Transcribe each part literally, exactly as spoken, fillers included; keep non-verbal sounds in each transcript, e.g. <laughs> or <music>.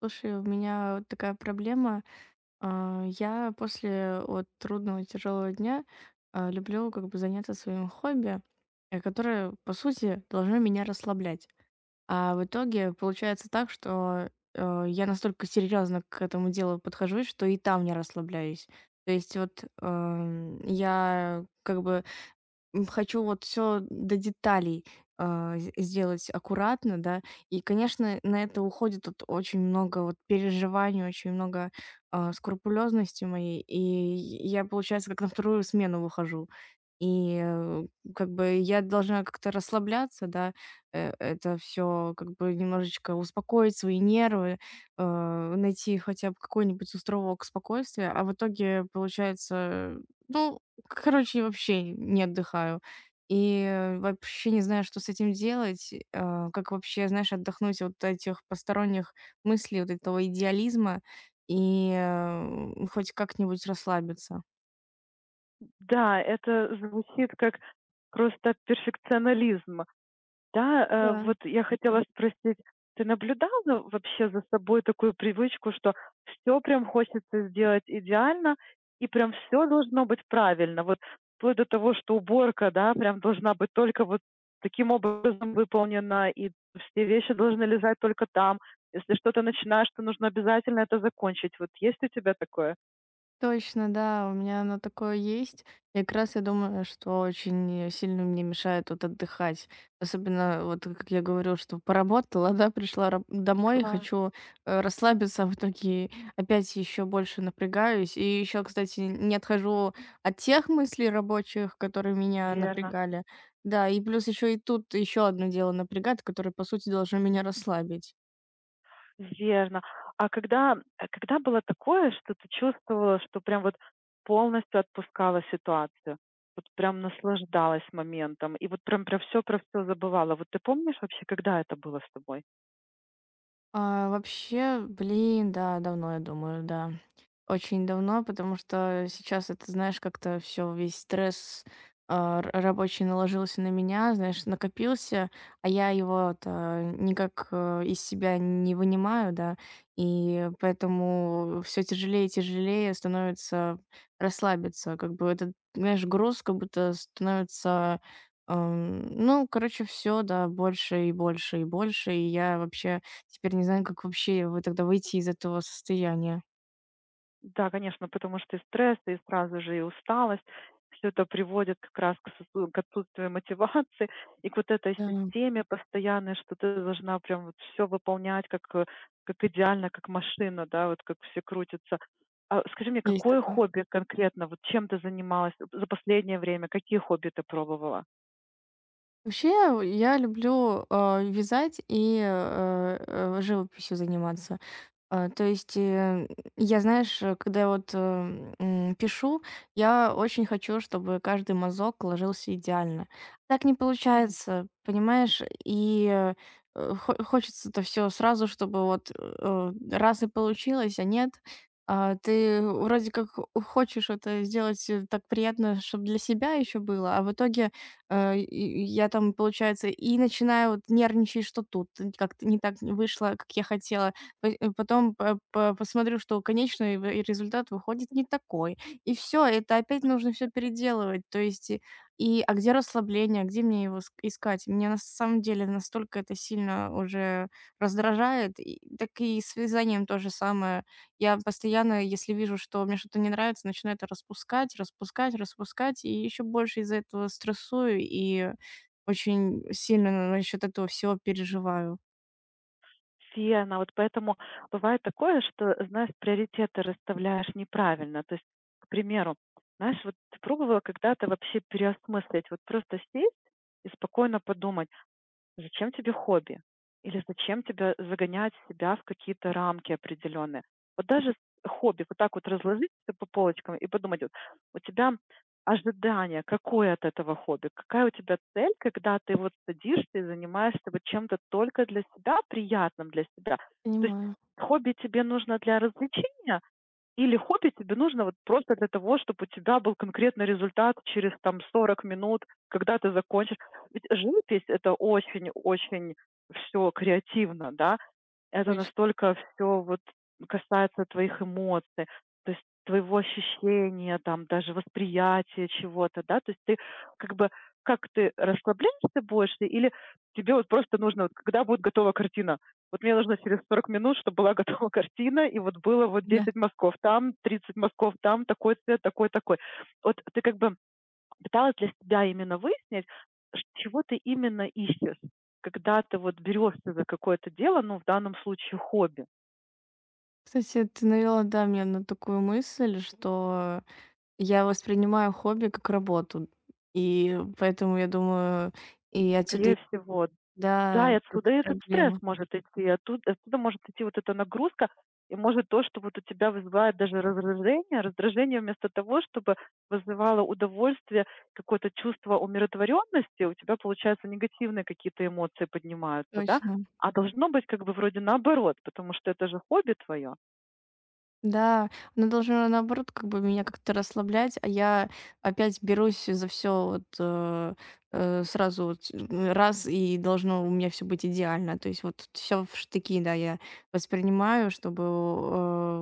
Слушай, у меня вот такая проблема. А, Я после вот трудного, тяжелого дня а, люблю как бы заняться своим хобби, э, которое, по сути, должно меня расслаблять. А в итоге получается так, что э, я настолько серьезно к этому делу подхожусь, что и там не расслабляюсь. То есть вот эм, я как бы М, хочу вот все до деталей, а, з сделать аккуратно, да. И, конечно, на это уходит вот очень много вот переживаний, очень много, а, скрупулёзности моей. И я, получается, как на вторую смену выхожу. И, э, как бы я должна как-то расслабляться, да, э, это все как бы немножечко успокоить свои нервы, э, найти хотя бы какой-нибудь островок спокойствия. А в итоге получается, ну, короче, вообще не отдыхаю. И э, вообще не знаю, что с этим делать. а, Как вообще, знаешь, отдохнуть от этих посторонних мыслей, вот этого идеализма и э, хоть как-нибудь расслабиться. Да, это звучит как просто перфекционализм. Да, э, Да. вот я хотела спросить, ты наблюдала вообще за собой такую привычку, что все прям хочется сделать идеально и прям все должно быть правильно? Вот вплоть до того, что уборка, да, прям должна быть только вот таким образом выполнена, и все вещи должны лежать только там. Если что-то начинаешь, то нужно обязательно это закончить. Вот есть у тебя такое? Точно, да, у меня оно такое есть. И как раз я думаю, что очень сильно мне мешает вот отдыхать. Особенно, вот э, как я говорю, что поработала, да, пришла раб- домой, Да, хочу э, расслабиться, а в итоге опять еще больше напрягаюсь. И еще, кстати, не отхожу от тех мыслей рабочих, которые меня верно. напрягали. Да, и плюс еще и тут еще одно дело напрягает, которое, по сути, должно меня расслабить. Верно. А когда а когда было такое, что ты чувствовала, что прям вот полностью отпускала ситуацию? Вот прям наслаждалась моментом и вот прям про все, про все забывала. Вот ты помнишь вообще, когда это было с тобой? А, вообще, блин, да, давно я думаю, да. Очень давно, потому что сейчас это, знаешь, как-то все весь стресс, а, р рабочий наложился на меня, знаешь, накопился, а я его-то никак, э, из себя не вынимаю, да. И поэтому все тяжелее и тяжелее становится расслабиться. Как бы этот, знаешь, груз как будто становится, эм, ну, короче, все, да, больше и больше и больше. И я вообще теперь не знаю, как вообще вы тогда выйти из этого состояния. Да, конечно, потому что и стресс, и сразу же и усталость. Все это приводит как раз к отсутству к отсутствию мотивации и к вот этой Да. системе постоянной, что ты должна прям вот всё выполнять как, э, как идеально, как машина, да, вот как все крутится. А скажи мне, Есть какое такое. хобби конкретно, вот чем ты занималась за последнее время? Какие хобби ты пробовала? Вообще, я люблю, а, вязать и, э, э, живописью заниматься. А, то есть, э, я, знаешь, э, когда я вот, э, м, пишу, я очень хочу, чтобы каждый мазок ложился идеально. Так не получается, понимаешь? И, э, э, хо хочется-то все сразу, чтобы вот, э, раз и получилось, а нет. А, ты вроде как хо хочешь это сделать, э, так приятно, чтобы для себя еще было, а в итоге, э, и и я там, получается, и начинаю вот нервничать, что тут э, как-то не так вышло, как я хотела. П э, потом по по посмотрю, что конечный в и результат выходит не такой. И все, это опять нужно все переделывать. То есть и и а где расслабление, а где мне его ск искать? Меня на самом деле настолько это сильно уже раздражает. И так и с вязанием то же самое. Я постоянно, если вижу, что мне что-то не нравится, начинаю это распускать, распускать, распускать, и еще больше из-за этого стрессую и очень сильно насчет этого всего переживаю. Верно. Вот поэтому бывает такое, что, знаешь, приоритеты расставляешь неправильно. То есть, к примеру, знаешь, вот ты пробовала когда-то вообще переосмыслить, вот просто сесть и спокойно подумать, зачем тебе хобби? Или зачем тебя загонять себя в какие-то рамки определенные? Вот даже с хобби вот так вот разложить всё по полочкам и подумать, вот у тебя ожидание какое от этого хобби, какая у тебя цель, когда ты вот садишься и занимаешься вот чем-то только для себя, приятным для себя. То есть Понимаю. хобби тебе нужно для развлечения, или хобби тебе нужно вот просто для того, чтобы у тебя был конкретный результат через там сорок минут, когда ты закончишь. Ведь живопись- это очень-очень все креативно, да. Это Точно, настолько все вот касается твоих эмоций, то есть твоего ощущения, там даже восприятия чего-то, да. То есть ты как бы как ты расслабляешься больше или тебе вот просто нужно, вот когда будет готова картина? Вот мне нужно через сорок минут, чтобы была готова <laughs> картина, и вот было <laughs> вот да. десять мазков там, тридцать мазков там, такой цвет, такой, такой. Вот ты как бы пыталась для себя именно выяснить, чего ты именно ищешь, когда ты вот берешься за какое-то дело, ну, в данном случае хобби. Кстати, ты навела, да, меня на такую мысль, что я воспринимаю хобби как работу. И поэтому я думаю, и отсюда, Скорее всего, да, и да, эта отсюда и этот стресс проблема. может идти, и оттуд отсюда может идти вот эта нагрузка, и может то, что вот у тебя вызывает даже раздражение, раздражение вместо того, чтобы вызывало удовольствие, какое-то чувство умиротворенности, у тебя, получается, негативные какие-то эмоции поднимаются, да? Точно. А должно быть как бы вроде наоборот, потому что это же хобби твое. Да, она должна, наоборот, как бы меня как-то расслаблять, а я опять берусь за все вот, э, э, сразу вот э, раз, и должно у меня все быть идеально. То есть вот все в штыки, да, я воспринимаю, чтобы,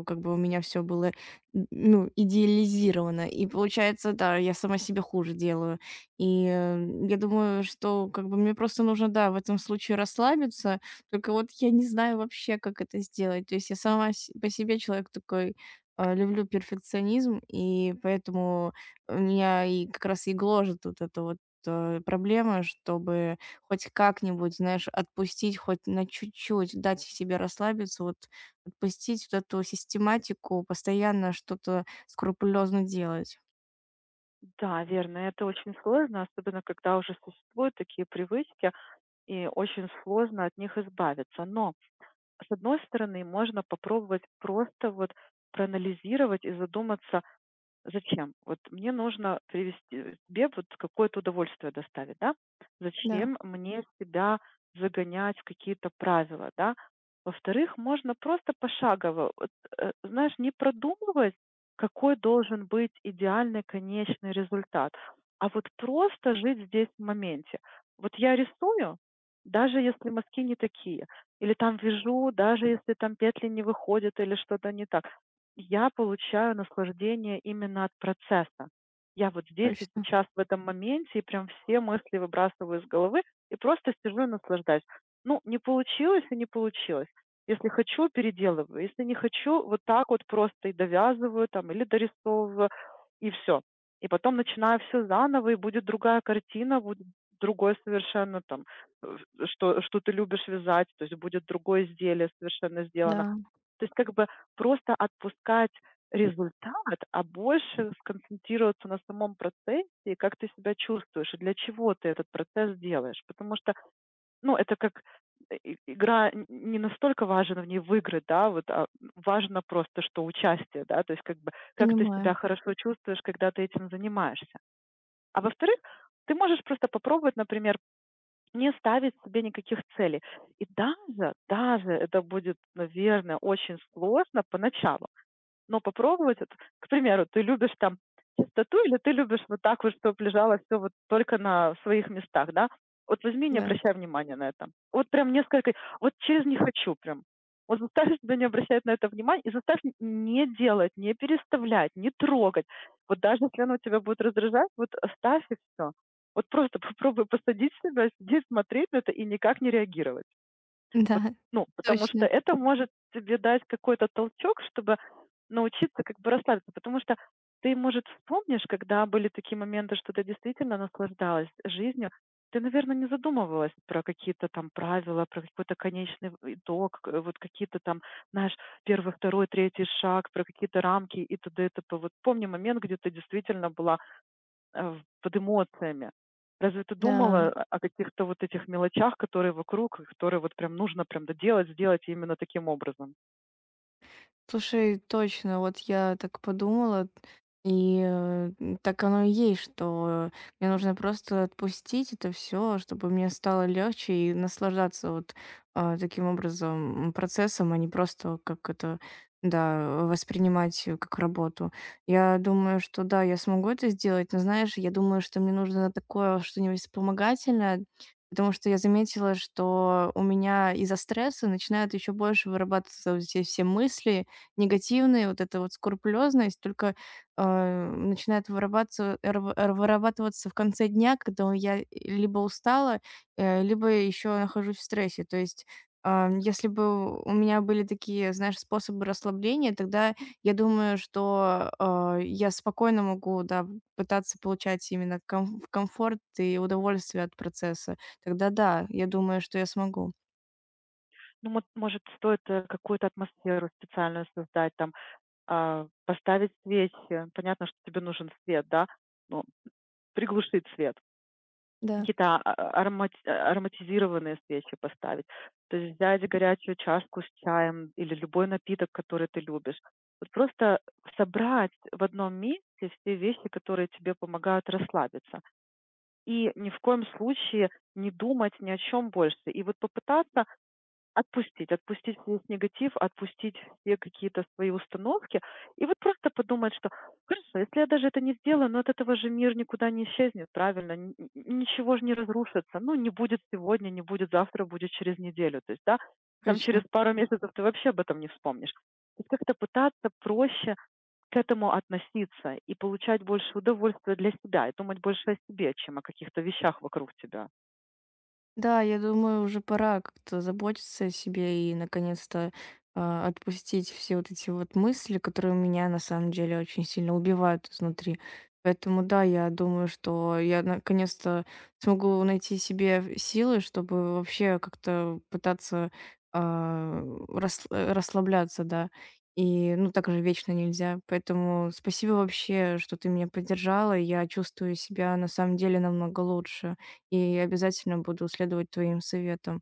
э, как бы у меня все было, н ну, идеализировано. И получается, да, я сама себе хуже делаю. И, э, я думаю, что как бы мне просто нужно, да, в этом случае расслабиться, только вот я не знаю вообще, как это сделать. То есть я сама с по себе человек такой, а, люблю перфекционизм, и поэтому у меня и как раз и гложет вот эта вот, э, проблема, чтобы хоть как-нибудь, знаешь, отпустить хоть на чуть-чуть, дать себе расслабиться, вот отпустить вот эту систематику, постоянно что-то скрупулезно делать. Да, верно. Это очень сложно, особенно когда уже существуют такие привычки, и очень сложно от них избавиться. Но, с одной стороны, можно попробовать просто вот проанализировать и задуматься, зачем? Вот мне нужно привести тебе вот какое-то удовольствие доставить, да? Да. Зачем мне себя загонять в какие-то правила, да? Во-вторых, можно просто пошагово, вот, э, знаешь, не продумывать, какой должен быть идеальный конечный результат, а вот просто жить здесь в моменте. Вот я рисую, даже если мазки не такие, или там вяжу, даже если там петли не выходят или что-то не так. Я получаю наслаждение именно от процесса. Я вот здесь и Точно. сейчас, в этом моменте, и прям все мысли выбрасываю из головы и просто сижу и наслаждаюсь. Ну, не получилось и не получилось. Если хочу, переделываю. Если не хочу, вот так вот просто и довязываю там или дорисовываю, и все. И потом начинаю все заново, и будет другая картина, будет другой совершенно там, э, что, что ты любишь вязать, то есть будет другое изделие совершенно сделано. Да, То есть как бы просто отпускать результат, а больше сконцентрироваться на самом процессе, и как ты себя чувствуешь, и для чего ты этот процесс делаешь. Потому что, ну, это как э, и- игра н- не настолько важна в ней выиграть, да, вот, а важно просто, что участие, да, то есть как бы как ты себя понимаю. хорошо чувствуешь, когда ты этим занимаешься. А во-вторых, ты можешь просто попробовать, например, не ставить себе никаких целей. И даже, даже это будет, наверное, очень сложно поначалу, но попробовать вот, к примеру, ты любишь там чистоту или ты любишь вот так вот, чтоб лежало все вот только на своих местах, да? Вот возьми, не Да. <laughs> обращай внимания на это. Вот прям несколько вот через "не хочу" прям. Вот заставь себя не обращать на это внимания и заставь н не делать, не переставлять, не трогать. Вот даже если оно тебя будет раздражать, вот оставь и всё. Вот просто <laughs> попробуй посадить себя, сидеть, смотреть на это и никак не реагировать. Вот, Да. ну, потому что Точно. это может тебе дать какой-то толчок, чтобы научиться как бы расслабиться, потому что ты, может, вспомнишь, когда были такие моменты, что ты действительно наслаждалась жизнью, ты, наверное, не задумывалась про какие-то там правила, про какой-то конечный итог, э, вот какие-то там, знаешь, первый, второй, третий шаг, про какие-то рамки и так далее и тому подобное. Вот помни момент, где ты действительно была э, под эмоциями. Разве ты Да. думала о о каких-то вот этих мелочах, которые вокруг, и которые вот прям нужно прям доделать, сделать именно таким образом? Слушай, точно, вот я так подумала, и э, так оно и есть, что мне нужно просто отпустить это все, чтобы мне стало легче и наслаждаться вот а, таким образом м, процессом, а не просто как это, да, воспринимать э, как работу. Я думаю, что да, я смогу это сделать, но знаешь, я думаю, что мне нужно такое что-нибудь вспомогательное, потому что я заметила, что у меня из-за стресса начинают еще больше вырабатываться вот эти все мысли, негативная вот эта вот скрупулезность только, а, начинает вырабатса рв р- вырабатываться в конце дня, когда я либо устала, э, либо еще нахожусь в стрессе. То есть, а, если бы у меня были такие, знаешь, способы расслабления, тогда я думаю, что, а, я спокойно могу, да, пытаться получать именно ком комфорт и удовольствие от процесса. Тогда да, я думаю, что я смогу. Ну, мот может, стоит, э, какую-то атмосферу специальную создать, там, а, поставить свечи. Понятно, что тебе нужен свет, да, но приглушить свет. Да. Какие-то а а аромати ароматизированные свечи поставить. То есть взять горячую чашку с чаем или любой напиток, который ты любишь. Вот просто собрать в одном месте все вещи, которые тебе помогают расслабиться. И ни в коем случае не думать ни о чем больше. И вот попытаться Отпустить, отпустить весь негатив, отпустить все какие-то свои установки и вот просто подумать, что: "Хорошо, если я даже это не сделаю, но от этого же мир никуда не исчезнет, правильно? Н н Ничего ж не разрушится. Ну, не будет сегодня, не будет завтра, будет через неделю". То есть, да, там Точно. через пару месяцев ты вообще об этом не вспомнишь. То есть как-то пытаться проще к этому относиться и получать больше удовольствия для себя, и думать больше о себе, чем о каких-то вещах вокруг тебя. Да, я думаю, уже пора как-то заботиться о себе и наконец-то а, отпустить все вот эти вот мысли, которые меня на самом деле очень сильно убивают изнутри. Поэтому да, я думаю, что я наконец-то смогу найти себе в- силы, чтобы вообще как-то пытаться а, рас- э, расслабляться, да. И ну так же вечно нельзя. Поэтому спасибо вообще, что ты меня поддержала. Я чувствую себя на самом деле намного лучше и обязательно буду следовать твоим советам.